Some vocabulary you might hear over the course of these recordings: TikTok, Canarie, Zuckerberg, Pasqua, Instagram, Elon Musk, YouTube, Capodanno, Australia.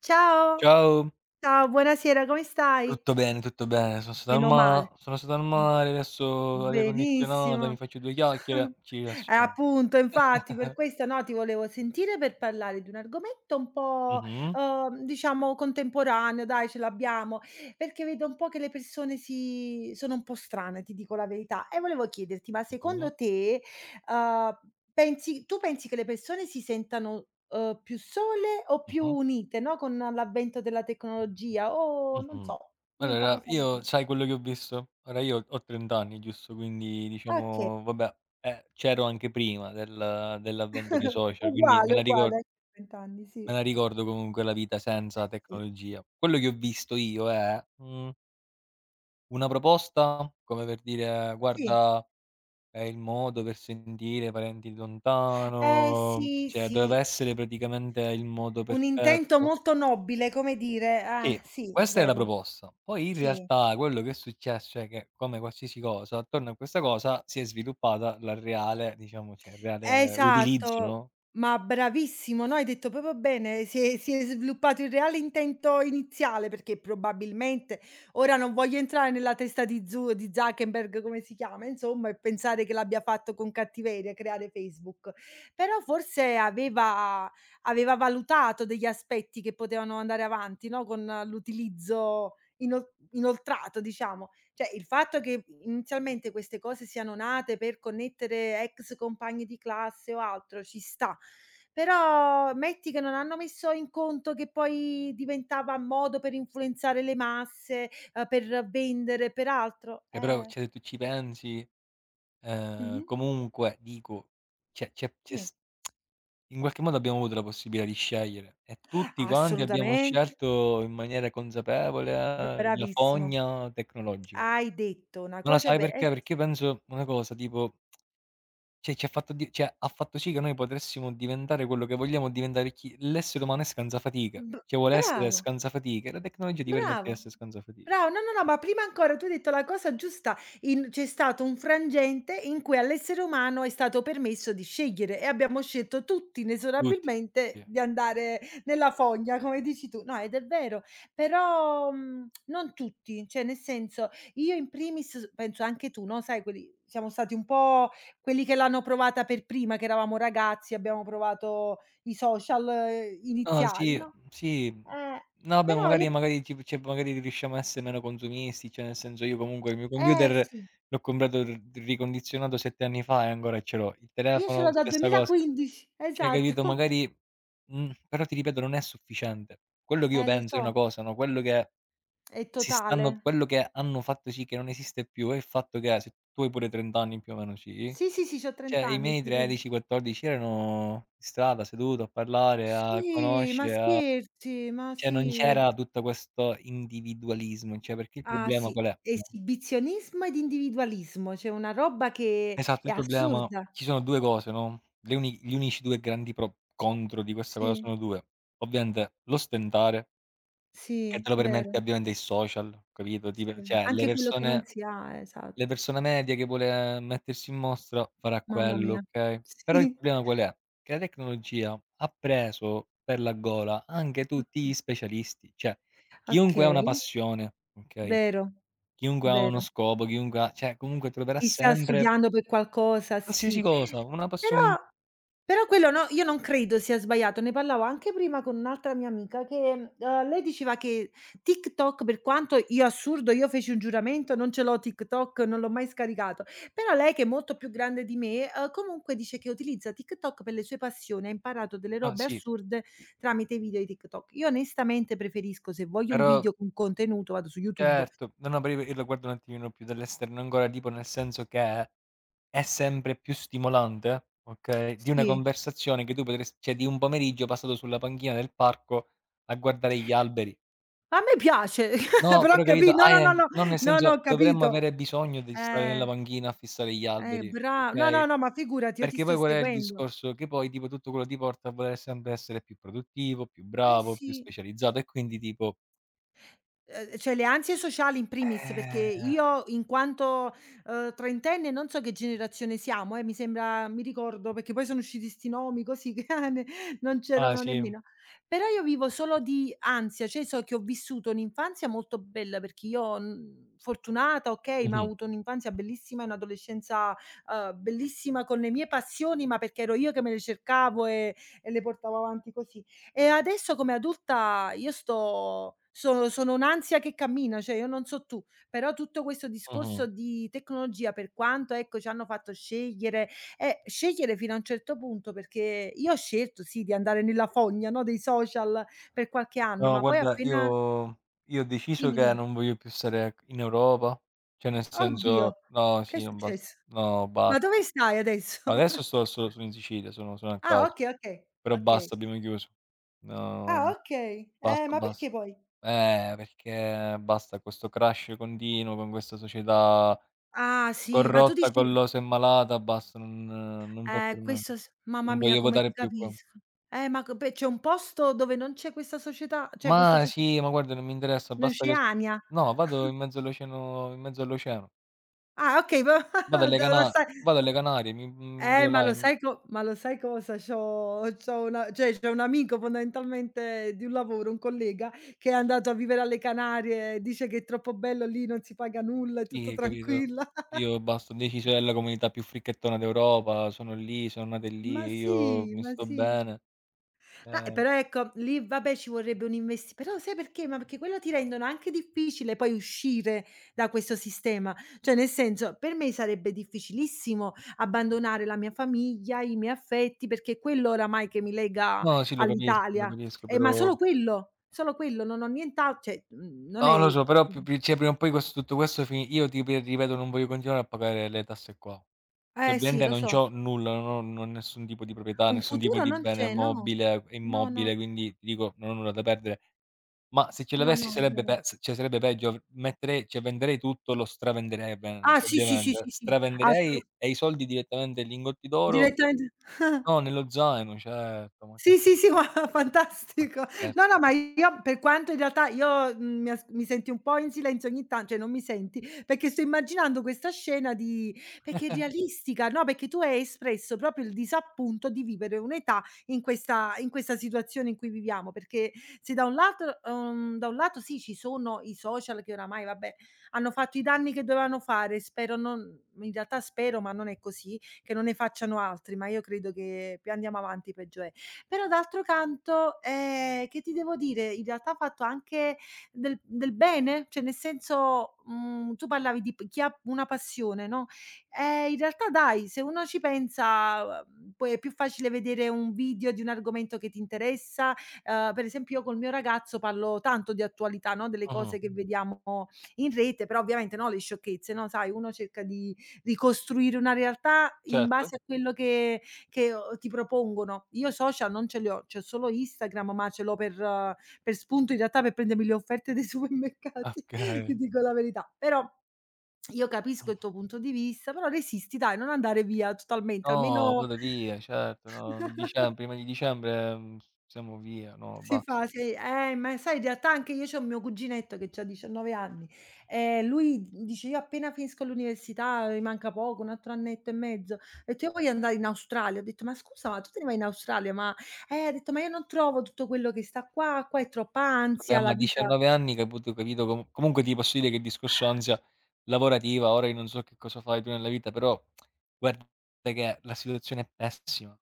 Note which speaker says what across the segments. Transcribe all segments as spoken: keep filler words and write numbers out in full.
Speaker 1: Ciao,
Speaker 2: Ciao,
Speaker 1: ciao, buonasera, come stai?
Speaker 2: tutto bene, tutto bene. Sono stato al
Speaker 1: Meno male.
Speaker 2: ma sono stato al
Speaker 1: Mh,
Speaker 2: mare, adesso aria condizionata,
Speaker 1: Benissimo.
Speaker 2: mi faccio due chiacchiere, ci
Speaker 1: Eh,
Speaker 2: rilassiamo.
Speaker 1: appunto, infatti per questo, no, ti volevo sentire per parlare di un argomento un po',
Speaker 2: Mh-mh,
Speaker 1: uhm, diciamo contemporaneo, dai ce l'abbiamo, perché vedo un po' che le persone si sono un po' strane, ti dico la verità. E volevo chiederti, ma
Speaker 2: mh-mh,
Speaker 1: secondo te, uhm, pensi tu pensi che le persone si sentano, uhm, più sole o più
Speaker 2: mh-mh,
Speaker 1: unite, no, con l'avvento della tecnologia o non
Speaker 2: mh-mh.
Speaker 1: so, dimmi un po'
Speaker 2: Allora,
Speaker 1: cosa ne
Speaker 2: io
Speaker 1: pensi.
Speaker 2: sai quello che ho visto? Ora io ho trenta anni, giusto, quindi
Speaker 1: Okay,
Speaker 2: diciamo vabbè, eh, c'ero anche prima del dell'avvento dei social, quindi me
Speaker 1: uguale,
Speaker 2: la ricor
Speaker 1: uguale venti anni,
Speaker 2: me
Speaker 1: sì.
Speaker 2: la ricordo comunque la vita
Speaker 1: Eh
Speaker 2: senza
Speaker 1: sì,
Speaker 2: tecnologia. Quello che ho visto io è, mhmm, una proposta come per dire:
Speaker 1: sì.
Speaker 2: "Guarda." È il modo per sentire i parenti
Speaker 1: Eh
Speaker 2: lontano,
Speaker 1: sì,
Speaker 2: cioè
Speaker 1: sì.
Speaker 2: doveva essere praticamente il modo
Speaker 1: Un intento
Speaker 2: perfetto.
Speaker 1: molto nobile, come dire, eh
Speaker 2: Sì,
Speaker 1: sì,
Speaker 2: questa è la
Speaker 1: vero,
Speaker 2: proposta. Poi in
Speaker 1: sì.
Speaker 2: realtà quello che è successo è che, come qualsiasi cosa, attorno a questa cosa si è sviluppata la reale, diciamo, cioè il reale utilizzo,
Speaker 1: Esatto,
Speaker 2: no.
Speaker 1: ma bravissimo, no, hai detto proprio bene, si è si è sviluppato il reale intento iniziale, perché probabilmente ora non voglio entrare nella testa di Zu di Zuckerberg, come si chiama, insomma, e pensare che l'abbia fatto con cattiveria creare Facebook, però forse aveva aveva valutato degli aspetti che potevano andare avanti, no, con l'utilizzo inol inoltrato, diciamo. Cioè, il fatto che inizialmente queste cose siano nate per connettere ex compagni di classe o altro ci sta, però metti che non hanno messo in conto che poi diventava modo per influenzare le masse, uhm, per vendere, per altro,
Speaker 2: Che però,
Speaker 1: eh.
Speaker 2: cioè, se tu ci pensi, ehm,
Speaker 1: Mh-mh.
Speaker 2: comunque dico, cioè c'è c'è
Speaker 1: Sì.
Speaker 2: s in qualche modo abbiamo avuto la possibilità di scegliere e tutti quanti abbiamo
Speaker 1: Assolutamente,
Speaker 2: scelto in maniera consapevole eh, la
Speaker 1: bravissimo.
Speaker 2: fogna tecnologica.
Speaker 1: Hai detto una
Speaker 2: Ma lo
Speaker 1: cosa
Speaker 2: sai
Speaker 1: ve eh
Speaker 2: perché?
Speaker 1: s
Speaker 2: Perché io penso una cosa tipo, cioè ci ha fatto di cioè ha fatto sì che noi potessimo diventare quello che vogliamo diventare, chi, l'essere umano è scansafatica,
Speaker 1: b
Speaker 2: cioè vuole essere
Speaker 1: bravo.
Speaker 2: scansafatiche, e la tecnologia ti permette di
Speaker 1: Bravo,
Speaker 2: essere scansafati,
Speaker 1: bravo. No, no, no, ma prima ancora tu hai detto la cosa giusta. In C'è stato un frangente in cui all'essere umano è stato permesso di scegliere e abbiamo scelto tutti
Speaker 2: tutti,
Speaker 1: inesorabilmente
Speaker 2: sì.
Speaker 1: di andare nella fogna, come dici tu. No, ed è vero, però, mhmm, non tutti, cioè nel senso, io in primis s penso anche tu, no, sai quelli siamo stati un po' quelli che l'hanno provata per prima, che eravamo ragazzi, abbiamo provato i social eh,
Speaker 2: No,
Speaker 1: iniziali,
Speaker 2: sì,
Speaker 1: no?
Speaker 2: sì.
Speaker 1: Eh,
Speaker 2: No, vabbè,
Speaker 1: però io
Speaker 2: magari magari ci cioè, magari riusciamo a essere meno consumisti, cioè nel senso io comunque il mio
Speaker 1: Eh
Speaker 2: computer
Speaker 1: sì,
Speaker 2: l'ho comprato r ricondizionato sette anni fa e ancora ce l'ho. Il
Speaker 1: io ce l'ho
Speaker 2: telefono
Speaker 1: dal
Speaker 2: stessa cosa.
Speaker 1: duemilaquindici,
Speaker 2: Cioè, capito,
Speaker 1: esatto.
Speaker 2: magari mhmm, però ti ripeto non è sufficiente. Quello che io
Speaker 1: Eh lo
Speaker 2: penso è una
Speaker 1: so,
Speaker 2: cosa, no, quello che
Speaker 1: è
Speaker 2: si stanno
Speaker 1: totale.
Speaker 2: quello che hanno fatto sì che non esiste più è il fatto che se tu hai pure trenta anni più o meno, sì,
Speaker 1: Sì, sì, sì, c'ho
Speaker 2: cioè
Speaker 1: trenta
Speaker 2: i
Speaker 1: anni,
Speaker 2: miei
Speaker 1: sì, quindi.
Speaker 2: tredici, quattordici erano in strada, seduto a parlare, a
Speaker 1: Sì, ma
Speaker 2: conoscere, a...
Speaker 1: scherzi? Ma
Speaker 2: cioè non
Speaker 1: sì.
Speaker 2: c'era tutto questo individualismo, cioè perché il
Speaker 1: Ah
Speaker 2: problema
Speaker 1: sì,
Speaker 2: qual è? No.
Speaker 1: esibizionismo ed individualismo, cioè una roba che
Speaker 2: Esatto,
Speaker 1: è
Speaker 2: il problema,
Speaker 1: assurda.
Speaker 2: ci sono due cose, no, le uni gli unici due grandi pro contro di questa cosa
Speaker 1: Sì,
Speaker 2: sono due: ovviamente l'ostentare, che
Speaker 1: sì,
Speaker 2: te lo
Speaker 1: vero.
Speaker 2: permette ovviamente il social, capito, ti per
Speaker 1: Sì,
Speaker 2: cioè le
Speaker 1: anche quello che non
Speaker 2: persone
Speaker 1: si ha,
Speaker 2: le
Speaker 1: esatto.
Speaker 2: persone medie che vuole mettersi in mostra farà
Speaker 1: Mamma
Speaker 2: quello,
Speaker 1: mia.
Speaker 2: okay, però il
Speaker 1: Sì.
Speaker 2: problema qual è? Che la tecnologia ha preso per la gola anche
Speaker 1: O
Speaker 2: tutti gli specialisti, cioè chiunque ha una
Speaker 1: Okay,
Speaker 2: passione, okay.
Speaker 1: vero,
Speaker 2: Chiunque ha uno
Speaker 1: vero.
Speaker 2: scopo, chiunque ha, cioè, comunque troverà
Speaker 1: Chi sta
Speaker 2: sempre
Speaker 1: studiando per qualcosa, sì.
Speaker 2: qualsiasi cosa, una passione in
Speaker 1: Però però quello no io non credo sia sbagliato. Ne parlavo anche prima con un'altra mia amica che, mhmm, uhm, lei diceva che TikTok per quanto io assurdo, io feci un giuramento, non ce l'ho TikTok, non l'ho mai scaricato. Però lei che è molto più grande di me, uhm, comunque dice che utilizza TikTok per le sue passioni, ha imparato delle
Speaker 2: ah
Speaker 1: robe
Speaker 2: sì.
Speaker 1: assurde tramite i video di TikTok. Io onestamente preferisco se voglio un
Speaker 2: Però
Speaker 1: video con contenuto vado su YouTube.
Speaker 2: certo, no, no, però io io la guardo un attimino più dall'esterno ancora, tipo nel senso che è sempre più stimolante, okay, di una
Speaker 1: Sì.
Speaker 2: conversazione che tu potresti, cioè di un pomeriggio passato sulla panchina del parco a guardare gli alberi.
Speaker 1: A me piace,
Speaker 2: No,
Speaker 1: però
Speaker 2: però
Speaker 1: capì
Speaker 2: capito,
Speaker 1: no, no,
Speaker 2: hai
Speaker 1: no, no,
Speaker 2: anche no, nel
Speaker 1: no, no,
Speaker 2: senso
Speaker 1: ho
Speaker 2: dovremmo
Speaker 1: capito.
Speaker 2: avere bisogno di stare nella
Speaker 1: Eh,
Speaker 2: panchina a fissare gli
Speaker 1: eh,
Speaker 2: alberi,
Speaker 1: bra No,
Speaker 2: okay?
Speaker 1: no, no, ma figurati, io ti
Speaker 2: Perché
Speaker 1: sto
Speaker 2: poi qual è il
Speaker 1: seguendo.
Speaker 2: discorso? Che poi tipo tutto quello ti porta a voler sempre essere più produttivo, più
Speaker 1: Eh
Speaker 2: bravo, più
Speaker 1: sì.
Speaker 2: specializzato e quindi tipo,
Speaker 1: Ehm, cioè le ansie sociali in primis, perché
Speaker 2: ehm
Speaker 1: io in quanto, uhm, trentenne non so che generazione siamo, eh, mi sembra mi ricordo perché poi sono usciti 'sti nomi così che ne non
Speaker 2: ah
Speaker 1: c'erano
Speaker 2: sì,
Speaker 1: nemmeno. Però io vivo solo di ansia, cioè so che ho vissuto un'infanzia molto bella perché io, mhmm, fortunata okay, ma ho
Speaker 2: mh-mh,
Speaker 1: avuto un'infanzia bellissima e un'adolescenza, uhm, bellissima con le mie passioni, ma perché ero io che me le cercavo e e le portavo avanti così. E adesso come adulta io sto sono sono un'ansia che cammina, cioè io non so tu, però tutto questo
Speaker 2: mh-mh.
Speaker 1: discorso di tecnologia, per quanto ecco ci hanno fatto scegliere eh, scegliere fino a un certo punto, perché io ho scelto sì di andare nella fogna, no, dei social per qualche anno,
Speaker 2: No,
Speaker 1: ma poi
Speaker 2: guarda,
Speaker 1: appena.
Speaker 2: io io ho deciso
Speaker 1: Dimmi,
Speaker 2: che
Speaker 1: dimmi.
Speaker 2: non voglio più stare in Europa, cioè nel senso,
Speaker 1: Oddio,
Speaker 2: no,
Speaker 1: che è
Speaker 2: sì, non basta,
Speaker 1: successo?
Speaker 2: no,
Speaker 1: Ma
Speaker 2: basta.
Speaker 1: dove stai adesso?
Speaker 2: Adesso sto sto sono in Sicilia, sono sono a
Speaker 1: Ah
Speaker 2: caso,
Speaker 1: okay, okay,
Speaker 2: però
Speaker 1: okay.
Speaker 2: basta, abbiamo chiuso. No,
Speaker 1: Ah okay. Eh,
Speaker 2: basta,
Speaker 1: ma perché
Speaker 2: basta.
Speaker 1: poi?
Speaker 2: Eh, perché basta questo crash continuo con questa società
Speaker 1: Ah sì, ma tu
Speaker 2: corrotta,
Speaker 1: dici.
Speaker 2: collosa e malata, basta, non non va
Speaker 1: Eh,
Speaker 2: per me.
Speaker 1: questo s mamma
Speaker 2: Non
Speaker 1: mia
Speaker 2: voglio
Speaker 1: come ti
Speaker 2: votare più qua.
Speaker 1: capisco. Eh, ma co pe c'è un posto dove non c'è questa società cioè questa
Speaker 2: Ma
Speaker 1: socie
Speaker 2: sì, ma guarda, non mi interessa,
Speaker 1: in
Speaker 2: basta che su
Speaker 1: Oceania?
Speaker 2: no, vado in mezzo all'oceano, in mezzo all'oceano.
Speaker 1: Ah okay, va
Speaker 2: Vado alle
Speaker 1: dove
Speaker 2: Cana
Speaker 1: la stai
Speaker 2: Vado alle Canarie, mi mi
Speaker 1: eh,
Speaker 2: vedo
Speaker 1: ma
Speaker 2: là
Speaker 1: lo
Speaker 2: in
Speaker 1: sai co ma lo sai cosa? C'ho c'ho una cioè c'ho un amico fondamentalmente di un lavoro, un collega, che è andato a vivere alle Canarie, dice che è troppo bello lì, non si paga nulla, è tutto
Speaker 2: Sì, capito?
Speaker 1: tranquilla.
Speaker 2: Io basta, ho deciso, è la comunità più fricchettona d'Europa, sono lì, sono nato
Speaker 1: Ma
Speaker 2: lì, io
Speaker 1: sì,
Speaker 2: mi
Speaker 1: ma
Speaker 2: sto
Speaker 1: sì.
Speaker 2: bene.
Speaker 1: No, e
Speaker 2: Ehm
Speaker 1: però ecco, lì vabbè ci vorrebbe un investi però sai perché? Ma perché quello ti rendono anche difficile poi uscire da questo sistema. Cioè nel senso, per me sarebbe difficilissimo abbandonare la mia famiglia, i miei affetti, perché è quello oramai che mi lega
Speaker 2: no, sì, lo capisco, lo
Speaker 1: all'Italia.
Speaker 2: capisco,
Speaker 1: Eh, ma
Speaker 2: però...
Speaker 1: solo quello, solo quello, non ho nient'al cioè, mhmm, non
Speaker 2: No,
Speaker 1: è
Speaker 2: lo so, però
Speaker 1: mh.
Speaker 2: più più cioè prima o poi questo, tutto questo fini io ti pi ripeto, non voglio continuare a pagare le tasse qua. Cioè
Speaker 1: Eh sì,
Speaker 2: ovviamente
Speaker 1: lo
Speaker 2: non
Speaker 1: so.
Speaker 2: c'ho nulla, non ho non ho nessun tipo di proprietà,
Speaker 1: Un
Speaker 2: nessun tipo
Speaker 1: futuro
Speaker 2: di
Speaker 1: non
Speaker 2: bene
Speaker 1: c'è, no.
Speaker 2: mobile e
Speaker 1: No, no,
Speaker 2: immobile, quindi ti dico non ho nulla da perdere. Ma se ce
Speaker 1: no,
Speaker 2: l'avessi
Speaker 1: no, è
Speaker 2: sarebbe
Speaker 1: vero.
Speaker 2: pe s cioè sarebbe peggio, av metterei cioè venderei tutto, lo stravenderei
Speaker 1: Ah
Speaker 2: ovviamente
Speaker 1: sì, sì, sì,
Speaker 2: ovviamente,
Speaker 1: sì, sì, assolu
Speaker 2: stravenderei e i soldi direttamente in lingotti d'oro,
Speaker 1: direttamente
Speaker 2: no, nello zaino, certo, ma
Speaker 1: Sì, sì, sì, ma
Speaker 2: ma
Speaker 1: fantastico. No,
Speaker 2: scherzi.
Speaker 1: no, ma io per quanto in realtà io, mhmm, mi as mi senti un po' in silenzio ogni tan cioè non mi senti, perché sto immaginando questa scena di perché è realistica, no, perché tu hai espresso proprio il disappunto di vivere un'età in questa in questa situazione in cui viviamo, perché se da un lato uhm, da un lato sì, ci sono i social che oramai, vabbè, hanno fatto i danni che dovevano fare, spero non in realtà spero, ma non è così, che non ne facciano altri, ma io credo che più andiamo avanti peggio è. Però d'altro canto, ehm, che ti devo dire, in realtà ha fatto anche del del bene, cioè nel senso, mhmm, tu parlavi di p chi ha una passione, no, ehm, in realtà dai, se uno ci pensa, uhm, poi è più facile vedere un video di un argomento che ti interessa, ehm, per esempio io col mio ragazzo parlo tanto di attualità, no, delle
Speaker 2: Mh-mh,
Speaker 1: cose che Mh. vediamo in rete, però ovviamente, no, le sciocchezze, no, sai, uno cerca di ricostruire una realtà in
Speaker 2: certo,
Speaker 1: base a quello che che, uhm, ti propongono. Io social non ce li ho, c'ho solo Instagram, ma ce l'ho per eh, per spunto in realtà per prendermi le offerte dei supermercati, ti
Speaker 2: okay.
Speaker 1: dico la verità. Però io capisco il tuo punto di vista, però resisti dai, non andare via totalmente,
Speaker 2: No,
Speaker 1: almeno.
Speaker 2: vado via, certo, no, dicem prima di dicembre, mhmm, siamo via, no,
Speaker 1: Si
Speaker 2: basta.
Speaker 1: fa, sì. Eh, ma sai in realtà anche io c'ho mio cuginetto che c'ha diciannove anni, ehm, lui dice: "Io appena finisco l'università, mi manca poco, un altro annetto e mezzo, ho detto io voglio andare in Australia." Ho detto: "Ma scusa, ma tu te ne vai in Australia, ma" eh, ha detto: "Ma io non trovo tutto quello che sta qua, qua è troppa
Speaker 2: Vabbè,
Speaker 1: ansia, la
Speaker 2: ma a
Speaker 1: vita"
Speaker 2: diciannove anni, capito, ho capito com comunque ti posso dire che il discorso ansia lavorativa, ora io non so che cosa fai tu nella vita, però guarda che la situazione è pessima.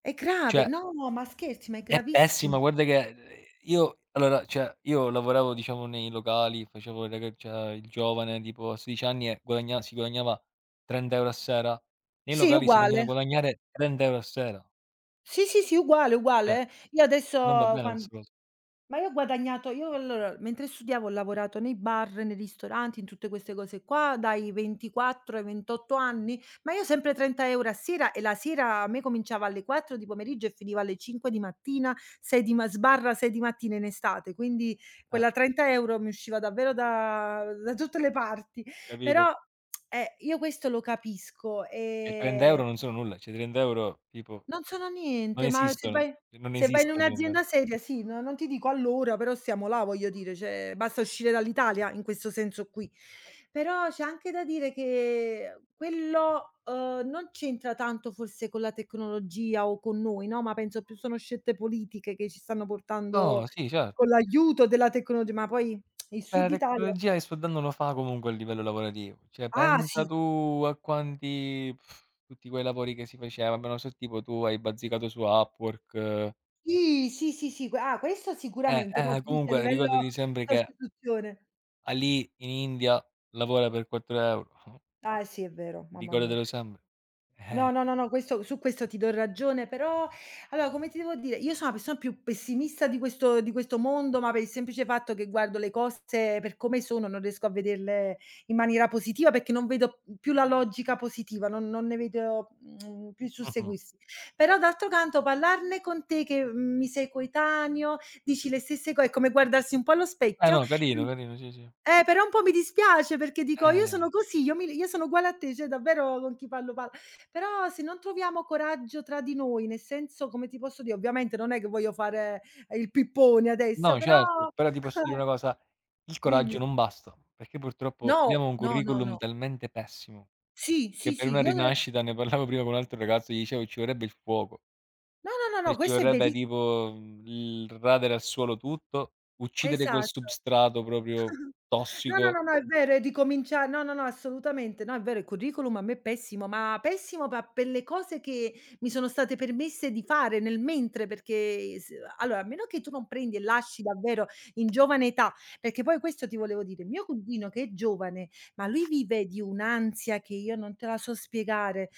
Speaker 1: è grave.
Speaker 2: Cioè,
Speaker 1: No, ma scherzi, ma è
Speaker 2: è
Speaker 1: gravissimo.
Speaker 2: pessima, guarda che, ehm, io allora, cioè, io lavoravo, diciamo, nei locali, facevo il raga cioè il giovane, tipo a sedici anni e guadagna si guadagnava trenta euro € a sera, nei
Speaker 1: Sì,
Speaker 2: locali si continua a
Speaker 1: uguale.
Speaker 2: guadagnare trenta euro € a sera.
Speaker 1: Sì, sì, sì, uguale,
Speaker 2: Cioè,
Speaker 1: uguale, eh. Io
Speaker 2: non va
Speaker 1: adesso
Speaker 2: bene
Speaker 1: quan.
Speaker 2: questa cosa.
Speaker 1: Ma io ho guadagnato io allora, mentre studiavo ho lavorato nei bar, nei ristoranti, in tutte queste cose qua, dai ventiquattro ai ventotto anni, ma io sempre trenta euro € a sera e la sera a me cominciava alle quattro di pomeriggio e finiva alle cinque di mattina, sei di ma sbarra sei di mattina in estate, quindi
Speaker 2: Eh,
Speaker 1: quella trenta euro € mi usciva davvero da da
Speaker 2: cioè,
Speaker 1: tutte le parti.
Speaker 2: capito?
Speaker 1: Però, eh, io questo lo capisco,
Speaker 2: E
Speaker 1: ehm
Speaker 2: trenta euro € non sono nulla, cioè trenta euro € tipo
Speaker 1: non sono
Speaker 2: non
Speaker 1: niente, ma se
Speaker 2: esistono,
Speaker 1: vai
Speaker 2: cioè, non
Speaker 1: se vai in
Speaker 2: esistono per me.
Speaker 1: un'azienda seria sì, no non ti dico all'ora, però stiamo là, voglio dire, cioè basta uscire dall'Italia in questo senso qui. Però c'è anche da dire che quello, uhm, non c'entra tanto forse con la tecnologia o con noi, no, ma penso più sono scelte politiche che ci stanno portando
Speaker 2: No, sì, certo.
Speaker 1: con l'aiuto della tecnologia, ma poi il
Speaker 2: Beh,
Speaker 1: Sud
Speaker 2: la
Speaker 1: Italia
Speaker 2: tecnologia che sto dando lo fa comunque a livello lavorativo, cioè
Speaker 1: ah
Speaker 2: pensa
Speaker 1: sì,
Speaker 2: tu a quanti tutti quei lavori che si faceva, ma non so tipo tu hai bazzicato su Upwork.
Speaker 1: sì, sì, sì, sì, que ah questo
Speaker 2: Eh,
Speaker 1: sicuramente, no,
Speaker 2: eh,
Speaker 1: tu dici a
Speaker 2: comunque
Speaker 1: livello
Speaker 2: ricordati
Speaker 1: di
Speaker 2: sempre che
Speaker 1: costituzione.
Speaker 2: Ali in India lavora per quattro euro €,
Speaker 1: Ah, sì, è vero, mamma mia.
Speaker 2: ricordatelo sempre.
Speaker 1: No,
Speaker 2: Eh,
Speaker 1: no, no, no, questo su questo ti do ragione, però allora come ti devo dire, io sono la persona più pessimista di questo di questo mondo, ma per il semplice fatto che guardo le cose per come sono, non riesco a vederle in maniera positiva perché non vedo più la logica positiva, non non ne vedo, mhmm, più il
Speaker 2: mh-mh.
Speaker 1: susseguirsi. Però d'altro canto parlarne con te che mm, mi sei coetaneo, dici le stesse co è come guardarsi un po' allo
Speaker 2: Eh
Speaker 1: specchio.
Speaker 2: no, carino, carino, sì, sì.
Speaker 1: Eh, però un po' mi dispiace perché dico: "Io sono
Speaker 2: Eh.
Speaker 1: così, io mi io sono uguale a te", cioè davvero con chi parlo parlo. Però se non troviamo coraggio tra di noi, nel senso come ti posso dire, ovviamente non è che voglio fare eh, il pippone adesso,
Speaker 2: No,
Speaker 1: però
Speaker 2: certo, però ti posso dire una cosa, il coraggio
Speaker 1: dimmi.
Speaker 2: non basta, perché purtroppo
Speaker 1: No,
Speaker 2: abbiamo un
Speaker 1: no, no,
Speaker 2: curriculum
Speaker 1: no.
Speaker 2: talmente pessimo,
Speaker 1: Sì,
Speaker 2: che
Speaker 1: sì,
Speaker 2: per
Speaker 1: sì,
Speaker 2: una
Speaker 1: io
Speaker 2: rinascita, ne parlavo prima con un altro ragazzo, gli dicevo ci vorrebbe il fuoco,
Speaker 1: no, no, no,
Speaker 2: e
Speaker 1: no,
Speaker 2: ci
Speaker 1: questo è
Speaker 2: vorrebbe
Speaker 1: veri
Speaker 2: tipo, mhmm, il radere al suolo tutto, uccidere quel
Speaker 1: esatto.
Speaker 2: substrato proprio
Speaker 1: No, no,
Speaker 2: tossico.
Speaker 1: no, no, è vero, è di comincia no, no, no, assolutamente. No, è vero, il curriculum a me è pessimo, ma pessimo pa per le cose che mi sono state permesse di fare nel mentre, perché s allora, a meno che tu non prendi e lasci davvero in giovane età, perché poi questo ti volevo dire, mio cugino che è giovane, ma lui vive di un'ansia che io non te la so spiegare.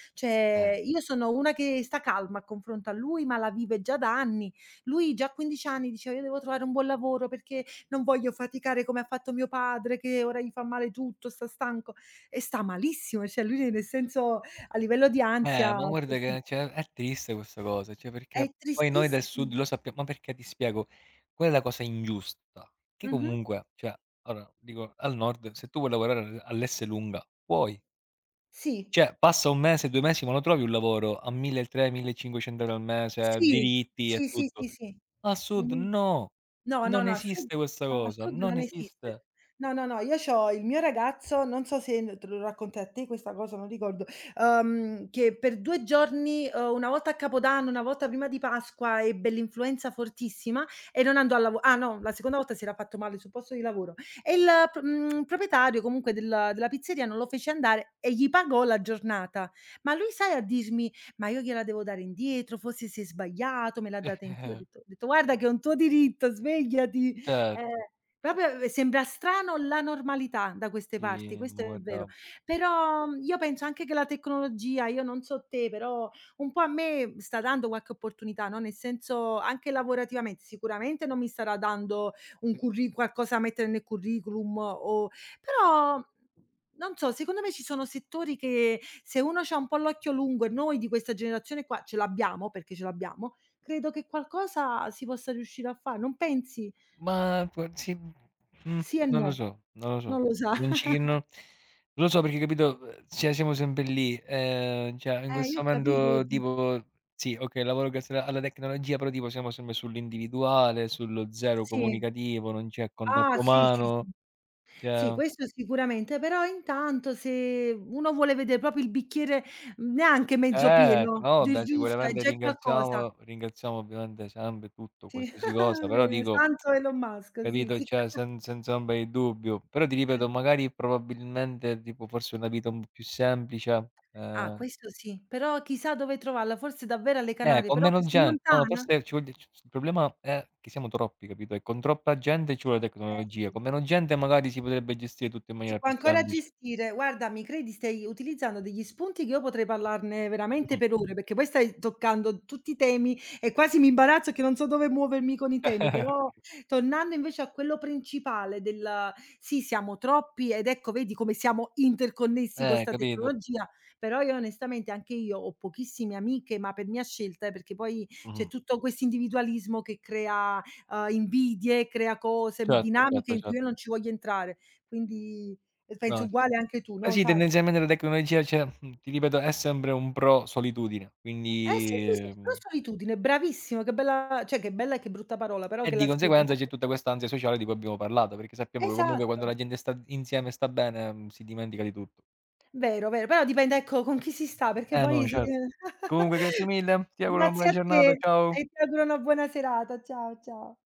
Speaker 2: Eh.
Speaker 1: Cioè, io sono una che sta calma a confronto a lui, ma la vive già da anni. Lui già a quindici anni diceva: "Io devo trovare un buon lavoro perché non voglio faticare come ha fatto mio padre che ora gli fa male tutto, sta stanco e sta malissimo, cioè lui nel senso a livello di
Speaker 2: Eh,
Speaker 1: ansia
Speaker 2: ma guarda
Speaker 1: così.
Speaker 2: che, cioè, è triste questa cosa, cioè
Speaker 1: È
Speaker 2: perché poi noi del
Speaker 1: tristissim
Speaker 2: sud lo sappiamo, ma perché ti spiego, quella è la cosa ingiusta, che
Speaker 1: mh-mh.
Speaker 2: comunque, cioè, allora dico, al nord se tu vuoi lavorare all'Esselunga puoi,
Speaker 1: Sì,
Speaker 2: cioè passa un mese, due mesi, ma lo trovi un lavoro a milletrecento, millecinquecento € al mese,
Speaker 1: sì,
Speaker 2: diritti e
Speaker 1: sì, sì, sì,
Speaker 2: tutto.
Speaker 1: sì.
Speaker 2: Al sud no,
Speaker 1: No, no,
Speaker 2: non
Speaker 1: no, a sud,
Speaker 2: esiste questa
Speaker 1: a
Speaker 2: cosa,
Speaker 1: sud
Speaker 2: non
Speaker 1: non
Speaker 2: esiste.
Speaker 1: esiste. No, no, no, io c'ho il mio ragazzo, non so se n te lo raccontai, a te questa cosa, non ricordo, uhm, che per due giorni, uhm, una volta a Capodanno, una volta prima di Pasqua, ebbe l'influenza fortissima e non andò al lavo ah no, la seconda volta si era fatto male sul posto di lavoro e il p mhmm, proprietario, comunque, della della pizzeria non lo fece andare e gli pagò la giornata. Ma lui sai a dirmi: "Ma io gliela devo dare indietro, forse si è sbagliato, me l'ha data in più". Ho detto ho detto: "Guarda che è un tuo diritto, svegliati".
Speaker 2: Certo,
Speaker 1: Eh, proprio eh, sembra strano la normalità da queste parti,
Speaker 2: sì,
Speaker 1: questo
Speaker 2: ma
Speaker 1: è vero.
Speaker 2: guarda.
Speaker 1: Però, mhmm, io penso anche che la tecnologia, io non so te, però un po' a me sta dando qualche opportunità, no, nel senso anche lavorativamente, sicuramente non mi starà dando un curri qualcosa da mettere nel curriculum o però, non so, secondo me ci sono settori che se uno c'ha un po' l'occhio lungo e noi di questa generazione qua ce l'abbiamo, perché ce l'abbiamo, credo che qualcosa si possa riuscire a fare. Non pensi?
Speaker 2: Ma p Sì, mh,
Speaker 1: Sì e
Speaker 2: non lo
Speaker 1: no.
Speaker 2: so, non lo so.
Speaker 1: Non lo so.
Speaker 2: Non ci non lo so perché capito, uhm, cioè siamo sempre lì, ehm, cioè in
Speaker 1: Eh, io
Speaker 2: questo
Speaker 1: ho capito che
Speaker 2: momento
Speaker 1: di
Speaker 2: tipo sì, okay, lavoro grazie alla alla tecnologia, però tipo siamo sempre sull'individuale, sullo zero
Speaker 1: sì.
Speaker 2: comunicativo, non c'è
Speaker 1: Ah,
Speaker 2: contatto
Speaker 1: sì, sì, sì.
Speaker 2: umano,
Speaker 1: Sì,
Speaker 2: cioè...
Speaker 1: questo sicuramente, però intanto se uno vuole vedere proprio il bicchiere mm, neanche mezzo
Speaker 2: Eh,
Speaker 1: pieno,
Speaker 2: no,
Speaker 1: già è
Speaker 2: vabbè,
Speaker 1: giusto, è
Speaker 2: sicuramente
Speaker 1: già qualcosa.
Speaker 2: ringraziamo ringraziamo ovviamente sempre tutto,
Speaker 1: Sì,
Speaker 2: qualsiasi cosa, però
Speaker 1: eh,
Speaker 2: dico...
Speaker 1: santo Elon Musk, sì,
Speaker 2: Capito?
Speaker 1: sì.
Speaker 2: Cioè, sen senza ombra di dubbio. Però ti ripeto, magari probabilmente tipo forse una vita un po' più semplice,
Speaker 1: Ah,
Speaker 2: ehm
Speaker 1: questo sì, però chissà dove trovarla, forse davvero alle
Speaker 2: eh,
Speaker 1: Canarie,
Speaker 2: con
Speaker 1: però
Speaker 2: meno
Speaker 1: così
Speaker 2: gen, no, no,
Speaker 1: lontana?
Speaker 2: forse ci vogl il problema è che siamo troppi, capito? E con troppa gente ci vuole
Speaker 1: Eh,
Speaker 2: tecnologia,
Speaker 1: sì.
Speaker 2: con meno gente magari si potrebbe gestire tutto in
Speaker 1: Si
Speaker 2: maniera
Speaker 1: può
Speaker 2: più
Speaker 1: ancora
Speaker 2: semplice.
Speaker 1: gestire. Guarda, mi credi, stai utilizzando degli spunti che io potrei parlarne veramente
Speaker 2: Mh-mh.
Speaker 1: per ore, perché poi stai toccando tutti i temi e quasi mi imbarazzo che non so dove muovermi con i temi, però tornando invece a quello principale del sì, siamo troppi ed ecco, vedi come siamo interconnessi con
Speaker 2: Eh,
Speaker 1: 'sta
Speaker 2: capito?
Speaker 1: tecnologia, però io onestamente anche io ho pochissime amiche, ma per mia scelta, eh, perché poi c'è
Speaker 2: Mh-mh.
Speaker 1: tutto questo individualismo che crea, uhm, invidie, crea cose, mi
Speaker 2: Certo,
Speaker 1: dinamiche
Speaker 2: certo,
Speaker 1: in cui io
Speaker 2: certo.
Speaker 1: non ci voglio entrare. Quindi e penso
Speaker 2: No, ci
Speaker 1: uguale
Speaker 2: sta.
Speaker 1: anche tu,
Speaker 2: Eh
Speaker 1: no,
Speaker 2: sì,
Speaker 1: sai?
Speaker 2: tendenzialmente la tecnologia, cioè, mhmm, ti ripeto, è sempre un pro solitudine,
Speaker 1: Eh sì, sì,
Speaker 2: quindi,
Speaker 1: sì, però
Speaker 2: mhmm
Speaker 1: solitudine, bravissimo, che bella cioè che bella e che brutta parola, però
Speaker 2: e
Speaker 1: che
Speaker 2: di
Speaker 1: la spiega
Speaker 2: conseguenza c'è
Speaker 1: molto
Speaker 2: tutta
Speaker 1: be
Speaker 2: quest'ansia sociale di cui abbiamo parlato, perché sappiamo che comunque quando
Speaker 1: esatto,
Speaker 2: la gente sta insieme e sta bene, mhmm, si dimentica di tutto.
Speaker 1: vero, vero, però dipende ecco con chi si sta, perché
Speaker 2: Eh no,
Speaker 1: poi si
Speaker 2: certo. Comunque grazie mille, ti auguro una
Speaker 1: Grazie
Speaker 2: buona
Speaker 1: a
Speaker 2: giornata,
Speaker 1: te
Speaker 2: ciao.
Speaker 1: e ti auguro una buona serata. Ciao, ciao.